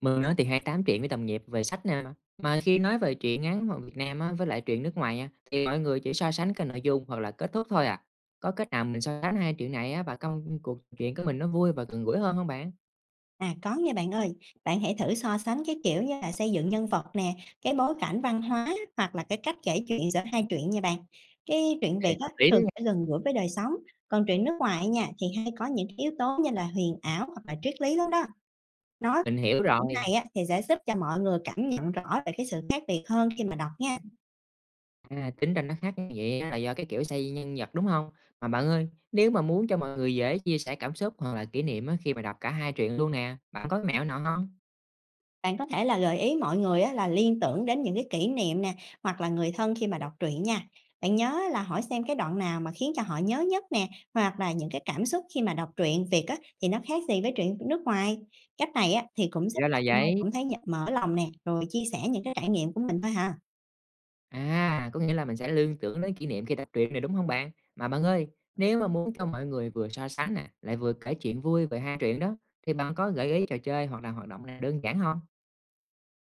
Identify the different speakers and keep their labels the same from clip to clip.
Speaker 1: Mình á thì 28 tám chuyện với đồng nghiệp về sách nè, mà khi nói về truyện ngắn ở Việt Nam á với lại truyện nước ngoài á, thì mọi người chỉ so sánh cái nội dung hoặc là kết thúc thôi à. Có cách nào mình so sánh hai chuyện này á và công cuộc trò chuyện của mình nó vui và gần gũi hơn không bạn?
Speaker 2: À có nha bạn ơi, bạn hãy thử so sánh cái kiểu như là xây dựng nhân vật nè, cái bối cảnh văn hóa hoặc là cái cách kể chuyện giữa hai truyện nha bạn. Cái truyện Việt
Speaker 1: Ê,
Speaker 2: á,
Speaker 1: hợp lý đó
Speaker 2: thường
Speaker 1: nha.
Speaker 2: sẽ gần gũi với đời sống, còn truyện nước ngoài nha thì hay có những cái yếu tố như là huyền ảo hoặc là triết lý lắm đó. Nói
Speaker 1: Mình hiểu
Speaker 2: cái điểm
Speaker 1: rồi,
Speaker 2: này á, thì sẽ giúp cho mọi người cảm nhận rõ về cái sự khác biệt hơn khi mà đọc nha.
Speaker 1: à, tính ra nó khác như vậy á là do cái kiểu xây nhân vật, đúng không? Mà bạn ơi, nếu mà muốn cho mọi người dễ chia sẻ cảm xúc hoặc là kỷ niệm á khi mà đọc cả hai truyện luôn nè, bạn có mẹo nào không?
Speaker 2: Bạn có thể là gợi ý mọi người á, là liên tưởng đến những cái kỷ niệm nè, hoặc là người thân khi mà đọc truyện nha. Bạn nhớ là hỏi xem cái đoạn nào mà khiến cho họ nhớ nhất nè, hoặc là những cái cảm xúc khi mà đọc truyện Việt á, thì nó khác gì với truyện nước ngoài. Cách này á, thì cũng
Speaker 1: Thì
Speaker 2: giúp
Speaker 1: ra là
Speaker 2: bạn ai
Speaker 1: vậy.
Speaker 2: cũng thấy mở lòng nè, rồi chia sẻ những cái trải nghiệm của mình thôi hả?
Speaker 1: À, có nghĩa là mình sẽ liên tưởng đến kỷ niệm khi đọc truyện này, đúng không bạn? Mà bạn ơi, nếu mà muốn cho mọi người vừa so sánh nè, lại vừa kể chuyện vui về hai truyện đó, thì bạn có gợi ý trò chơi hoặc là hoạt động nào đơn giản không?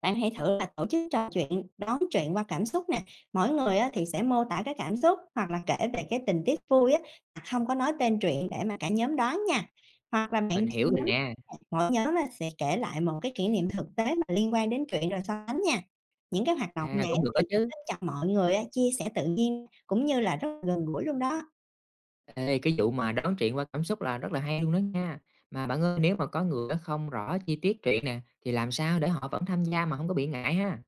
Speaker 2: Bạn hãy thử là tổ chức trò chuyện, đón chuyện qua cảm xúc nè, mỗi người á thì sẽ mô tả cái cảm xúc hoặc là kể về cái tình tiết vui á, mà không có nói tên chuyện để mà cả nhóm đoán nha. Hoặc là bạn
Speaker 1: Mình
Speaker 2: chia
Speaker 1: hiểu rồi
Speaker 2: nhóm,
Speaker 1: nè,
Speaker 2: mỗi nhóm là sẽ kể lại một cái kỷ niệm thực tế mà liên quan đến chuyện rồi so sánh nha. Những cái hoạt động
Speaker 1: à,
Speaker 2: này
Speaker 1: cũng
Speaker 2: á
Speaker 1: được đó
Speaker 2: thì sẽ
Speaker 1: chứ.
Speaker 2: giúp cho mọi người á chia sẻ tự nhiên cũng như là rất là gần gũi luôn đó.
Speaker 1: Ê, cái vụ mà đoán truyện qua cảm xúc là rất là hay luôn đó nha. Mà bạn ơi, nếu mà có người á không rõ chi tiết truyện nè, thì làm sao để họ vẫn tham gia mà không có bị ngại ha?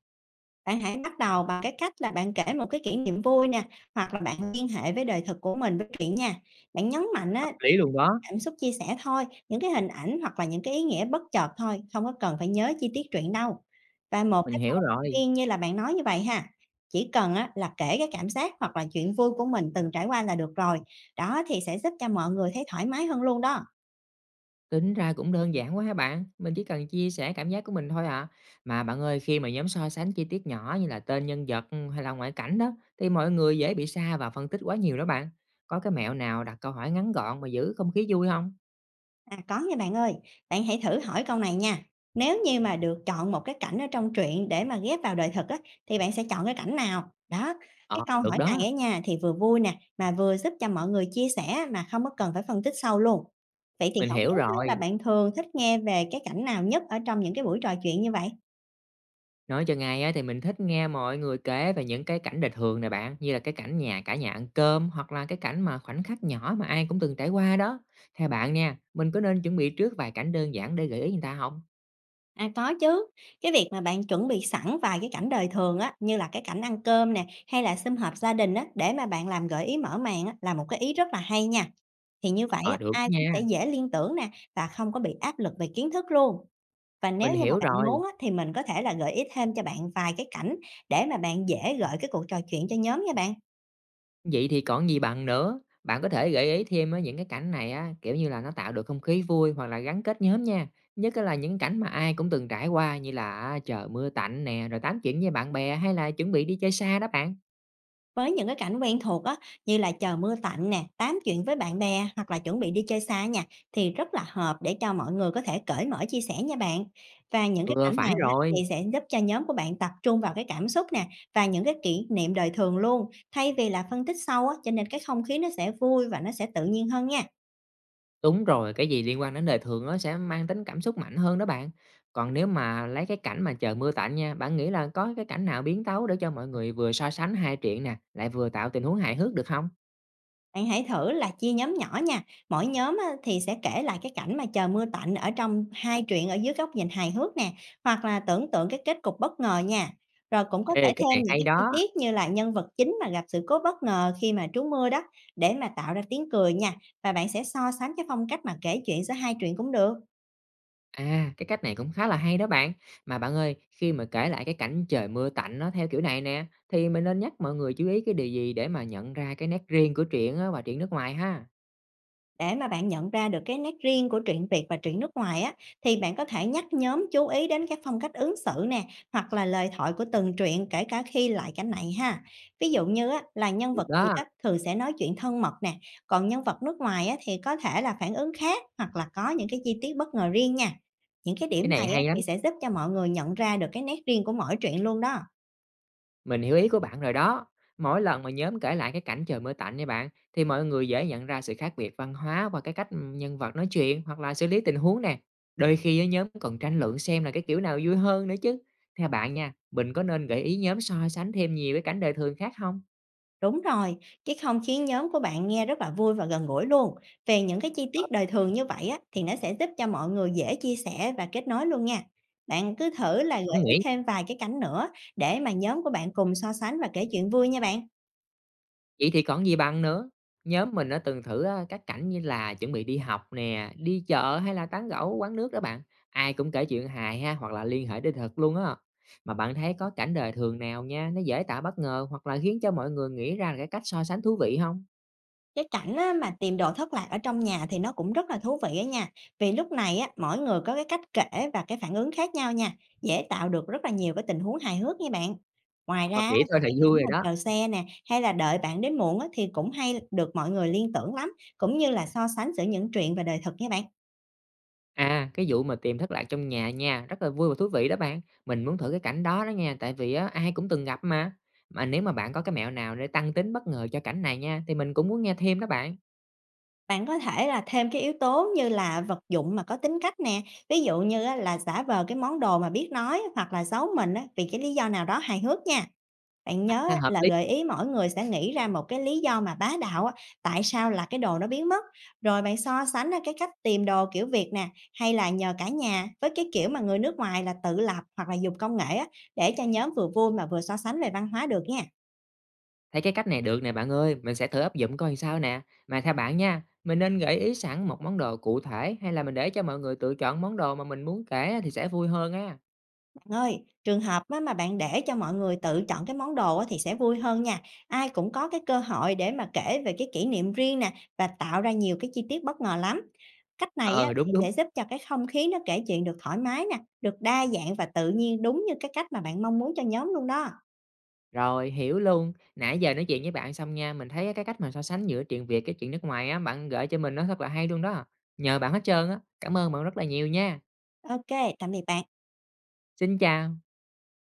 Speaker 2: Bạn hãy bắt đầu bằng cái cách là bạn kể một cái kỷ niệm vui nè, hoặc là bạn liên hệ với đời thực của mình với chuyện nha. Bạn nhấn mạnh
Speaker 1: Hợp
Speaker 2: á,
Speaker 1: lý luôn đó,
Speaker 2: cảm xúc chia sẻ thôi, những cái hình ảnh hoặc là những cái ý nghĩa bất chợt thôi, không có cần phải nhớ chi tiết truyện đâu. Và một
Speaker 1: mình
Speaker 2: cái
Speaker 1: hiểu
Speaker 2: câu động
Speaker 1: rồi.
Speaker 2: viên như là bạn nói như vậy ha, chỉ cần á, là kể cái cảm giác hoặc là chuyện vui của mình từng trải qua là được rồi. Đó thì sẽ giúp cho mọi người thấy thoải mái hơn luôn đó.
Speaker 1: Tính ra cũng đơn giản quá ha bạn, mình chỉ cần chia sẻ cảm giác của mình thôi à. Mà bạn ơi, khi mà nhóm so sánh chi tiết nhỏ như là tên nhân vật ừ, hay là ngoại cảnh đó, thì mọi người dễ bị sa và phân tích quá nhiều đó bạn. Có cái mẹo nào đặt câu hỏi ngắn gọn mà giữ không khí vui không?
Speaker 2: À, có nha bạn ơi, bạn hãy thử hỏi câu này nha. Nếu như mà được chọn một cái cảnh ở trong truyện để mà ghép vào đời thực á, thì bạn sẽ chọn cái cảnh nào? Đó, cái
Speaker 1: Ờ,
Speaker 2: câu
Speaker 1: được
Speaker 2: hỏi này
Speaker 1: đó,
Speaker 2: á nha thì vừa vui nè, mà vừa giúp cho mọi người chia sẻ mà không có cần phải phân tích sâu luôn. Vậy thì
Speaker 1: mình
Speaker 2: không
Speaker 1: hiểu
Speaker 2: biết á, là
Speaker 1: rồi.
Speaker 2: bạn thường thích nghe về cái cảnh nào nhất ở trong những cái buổi trò chuyện như vậy?
Speaker 1: Nói cho ngay á, thì mình thích nghe mọi người kể về những cái cảnh đời thường nè bạn, như là cái cảnh nhà cả nhà ăn cơm hoặc là cái cảnh mà khoảnh khắc nhỏ mà ai cũng từng trải qua đó. Theo bạn nha, mình có nên chuẩn bị trước vài cảnh đơn giản để gợi ý người ta không?
Speaker 2: À có chứ, cái việc mà bạn chuẩn bị sẵn vài cái cảnh đời thường á, như là cái cảnh ăn cơm nè, hay là sum họp gia đình á, để mà bạn làm gợi ý mở màn á, là một cái ý rất là hay nha. Thì như vậy
Speaker 1: Ờ,
Speaker 2: á,
Speaker 1: được đó
Speaker 2: ai cũng
Speaker 1: nha.
Speaker 2: sẽ dễ liên tưởng nè, và không có bị áp lực về kiến thức luôn. Và nếu
Speaker 1: Mình
Speaker 2: như mà
Speaker 1: hiểu
Speaker 2: bạn muốn
Speaker 1: rồi,
Speaker 2: á, thì mình có thể là gợi ý thêm cho bạn vài cái cảnh, để mà bạn dễ gợi cái cuộc trò chuyện cho nhóm nha bạn.
Speaker 1: vậy thì còn gì bằng nữa. Bạn có thể gợi ý thêm á những cái cảnh này á, kiểu như là, nó tạo được không khí vui hoặc là gắn kết nhóm nha, nhất là những cảnh mà ai cũng từng trải qua như là á trời mưa tạnh nè, rồi tám chuyện với bạn bè hay là chuẩn bị đi chơi xa đó bạn.
Speaker 2: Với những cái cảnh quen thuộc á, như là chờ mưa tạnh nè, tám chuyện với bạn bè hoặc là chuẩn bị đi chơi xa nha, thì rất là hợp để cho mọi người có thể cởi mở chia sẻ nha bạn. Và những cái
Speaker 1: Ừ,
Speaker 2: cảnh
Speaker 1: phải
Speaker 2: này á,
Speaker 1: rồi,
Speaker 2: thì sẽ giúp cho nhóm của bạn tập trung vào cái cảm xúc nè, và những cái kỷ niệm đời thường luôn, thay vì là phân tích sâu á, cho nên cái không khí nó sẽ vui và nó sẽ tự nhiên hơn nha.
Speaker 1: đúng rồi, cái gì liên quan đến đời thường nó sẽ mang tính cảm xúc mạnh hơn đó bạn. Còn nếu mà lấy cái cảnh mà trời mưa tạnh nha, bạn nghĩ là có cái cảnh nào biến tấu để cho mọi người vừa so sánh hai chuyện nè, lại vừa tạo tình huống hài hước được không?
Speaker 2: Bạn hãy thử là chia nhóm nhỏ nha, mỗi nhóm á, thì sẽ kể lại cái cảnh mà trời mưa tạnh ở trong hai truyện ở dưới góc nhìn hài hước nè, hoặc là tưởng tượng cái kết cục bất ngờ nha. Rồi cũng có thể
Speaker 1: Ê, cái
Speaker 2: thêm
Speaker 1: này
Speaker 2: những
Speaker 1: hay
Speaker 2: cái chi
Speaker 1: đó!
Speaker 2: tiết như là nhân vật chính mà gặp sự cố bất ngờ khi mà trú mưa đó, để mà tạo ra tiếng cười nha. Và bạn sẽ so sánh cái phong cách mà kể chuyện giữa hai truyện cũng được.
Speaker 1: À, cái cách này cũng khá là hay đó bạn. Mà bạn ơi, khi mà kể lại cái cảnh trời mưa tạnh nó theo kiểu này nè, thì mình nên nhắc mọi người chú ý cái điều gì để mà nhận ra cái nét riêng của truyện á, và truyện nước ngoài ha?
Speaker 2: Để mà bạn nhận ra được cái nét riêng của truyện Việt và truyện nước ngoài á, thì bạn có thể nhắc nhóm chú ý đến các phong cách ứng xử nè, hoặc là lời thoại của từng truyện kể cả khi lại cảnh này ha. Ví dụ như á, là nhân
Speaker 1: Được
Speaker 2: vật Việt
Speaker 1: đó,
Speaker 2: á, thường sẽ nói chuyện thân mật nè, còn nhân vật nước ngoài á, thì có thể là phản ứng khác hoặc là có những cái chi tiết bất ngờ riêng nha. Những cái
Speaker 1: cái
Speaker 2: điểm này
Speaker 1: này
Speaker 2: á,
Speaker 1: hay
Speaker 2: thì
Speaker 1: lắm.
Speaker 2: sẽ giúp cho mọi người nhận ra được cái nét riêng của mỗi truyện luôn đó.
Speaker 1: Mình hiểu ý của bạn rồi đó. Mỗi lần mà nhóm kể lại cái cảnh trời mưa tạnh nha bạn, thì mọi người dễ nhận ra sự khác biệt văn hóa và cái cách ừ, nhân vật nói chuyện hoặc là xử lý tình huống nè. Đôi khi á, nhóm còn tranh luận xem là cái kiểu nào vui hơn nữa chứ. Theo bạn nha, mình có nên gợi ý nhóm so sánh thêm nhiều cái cảnh đời thường khác không?
Speaker 2: Đúng rồi, cái không khí nhóm của bạn nghe rất là vui và gần gũi luôn. Về những cái chi tiết đời thường như vậy á, thì nó sẽ giúp cho mọi người dễ chia sẻ và kết nối luôn nha. Bạn cứ thử là gợi
Speaker 1: Cũng
Speaker 2: ý
Speaker 1: nghĩ
Speaker 2: thêm vài cái cảnh nữa, để mà nhóm của bạn cùng so sánh và kể chuyện vui nha bạn.
Speaker 1: vậy thì còn gì bằng nữa. Nhóm mình đã từng thử á, các cảnh như là chuẩn bị đi học nè, đi chợ hay là tán gẫu quán nước đó bạn. Ai cũng kể chuyện hài ha hoặc là liên hệ đến thật luôn á. Mà bạn thấy có cảnh đời thường nào nha, nó dễ tạo bất ngờ hoặc là khiến cho mọi người nghĩ ra cái cách so sánh thú vị không?
Speaker 2: Cái cảnh á, mà tìm đồ thất lạc ở trong nhà thì nó cũng rất là thú vị á nha. Vì lúc này á, mỗi người có cái cách kể và cái phản ứng khác nhau nha, dễ tạo được rất là nhiều cái tình huống hài hước nha bạn. Ngoài ra
Speaker 1: Ờ,
Speaker 2: á,
Speaker 1: nghĩ
Speaker 2: thì
Speaker 1: thôi là
Speaker 2: cái cảnh
Speaker 1: vui rồi
Speaker 2: mà
Speaker 1: đó.
Speaker 2: chờ xe nè, hay là đợi bạn đến muộn á, thì cũng hay được mọi người liên tưởng lắm, cũng như là so sánh giữa những chuyện và đời thực nha bạn.
Speaker 1: À, cái vụ mà tìm thất lạc trong nhà nha, rất là vui và thú vị đó bạn. Mình muốn thử cái cảnh đó đó nha, tại vì á, ai cũng từng gặp mà. Mà nếu mà bạn có cái mẹo nào để tăng tính bất ngờ cho cảnh này nha, thì mình cũng muốn nghe thêm đó bạn.
Speaker 2: Bạn có thể là thêm cái yếu tố như là vật dụng mà có tính cách nè, ví dụ như á, là giả vờ cái món đồ mà biết nói hoặc là giấu mình á, vì cái lý do nào đó hài hước nha. Bạn nhớ
Speaker 1: À,
Speaker 2: á,
Speaker 1: hợp
Speaker 2: là
Speaker 1: lý.
Speaker 2: gợi ý mỗi người sẽ nghĩ ra một cái lý do mà bá đạo á, tại sao là cái đồ nó biến mất, rồi bạn so sánh á, cái cách tìm đồ kiểu Việt nè, hay là nhờ cả nhà với cái kiểu mà người nước ngoài là tự lập hoặc là dùng công nghệ á, để cho nhóm vừa vui mà vừa so sánh về văn hóa được nha.
Speaker 1: Thấy cái cách này được nè bạn ơi, mình sẽ thử áp dụng coi sao nè. Mà theo bạn nha, mình nên gợi ý sẵn một món đồ cụ thể hay là mình để cho mọi người tự chọn món đồ mà mình muốn kể thì sẽ vui hơn á?
Speaker 2: Ơi, trường hợp á, mà bạn để cho mọi người tự chọn cái món đồ á, thì sẽ vui hơn nha. Ai cũng có cái cơ hội để mà kể về cái kỷ niệm riêng nè, và tạo ra nhiều cái chi tiết bất ngờ lắm. Cách này á,
Speaker 1: Ờ,
Speaker 2: thì
Speaker 1: đúng, đúng.
Speaker 2: sẽ giúp cho cái không khí nó kể chuyện được thoải mái nè, được đa dạng và tự nhiên đúng như cái cách mà bạn mong muốn cho nhóm luôn đó.
Speaker 1: Rồi, hiểu luôn. Nãy giờ nói chuyện với bạn xong nha, mình thấy cái cách mà so sánh giữa chuyện Việt cái chuyện nước ngoài á, bạn gợi cho mình nó thật là hay luôn đó. Nhờ bạn hết trơn á. Cảm ơn bạn rất là nhiều nha.
Speaker 2: Ok, tạm biệt bạn.
Speaker 1: Xin chào.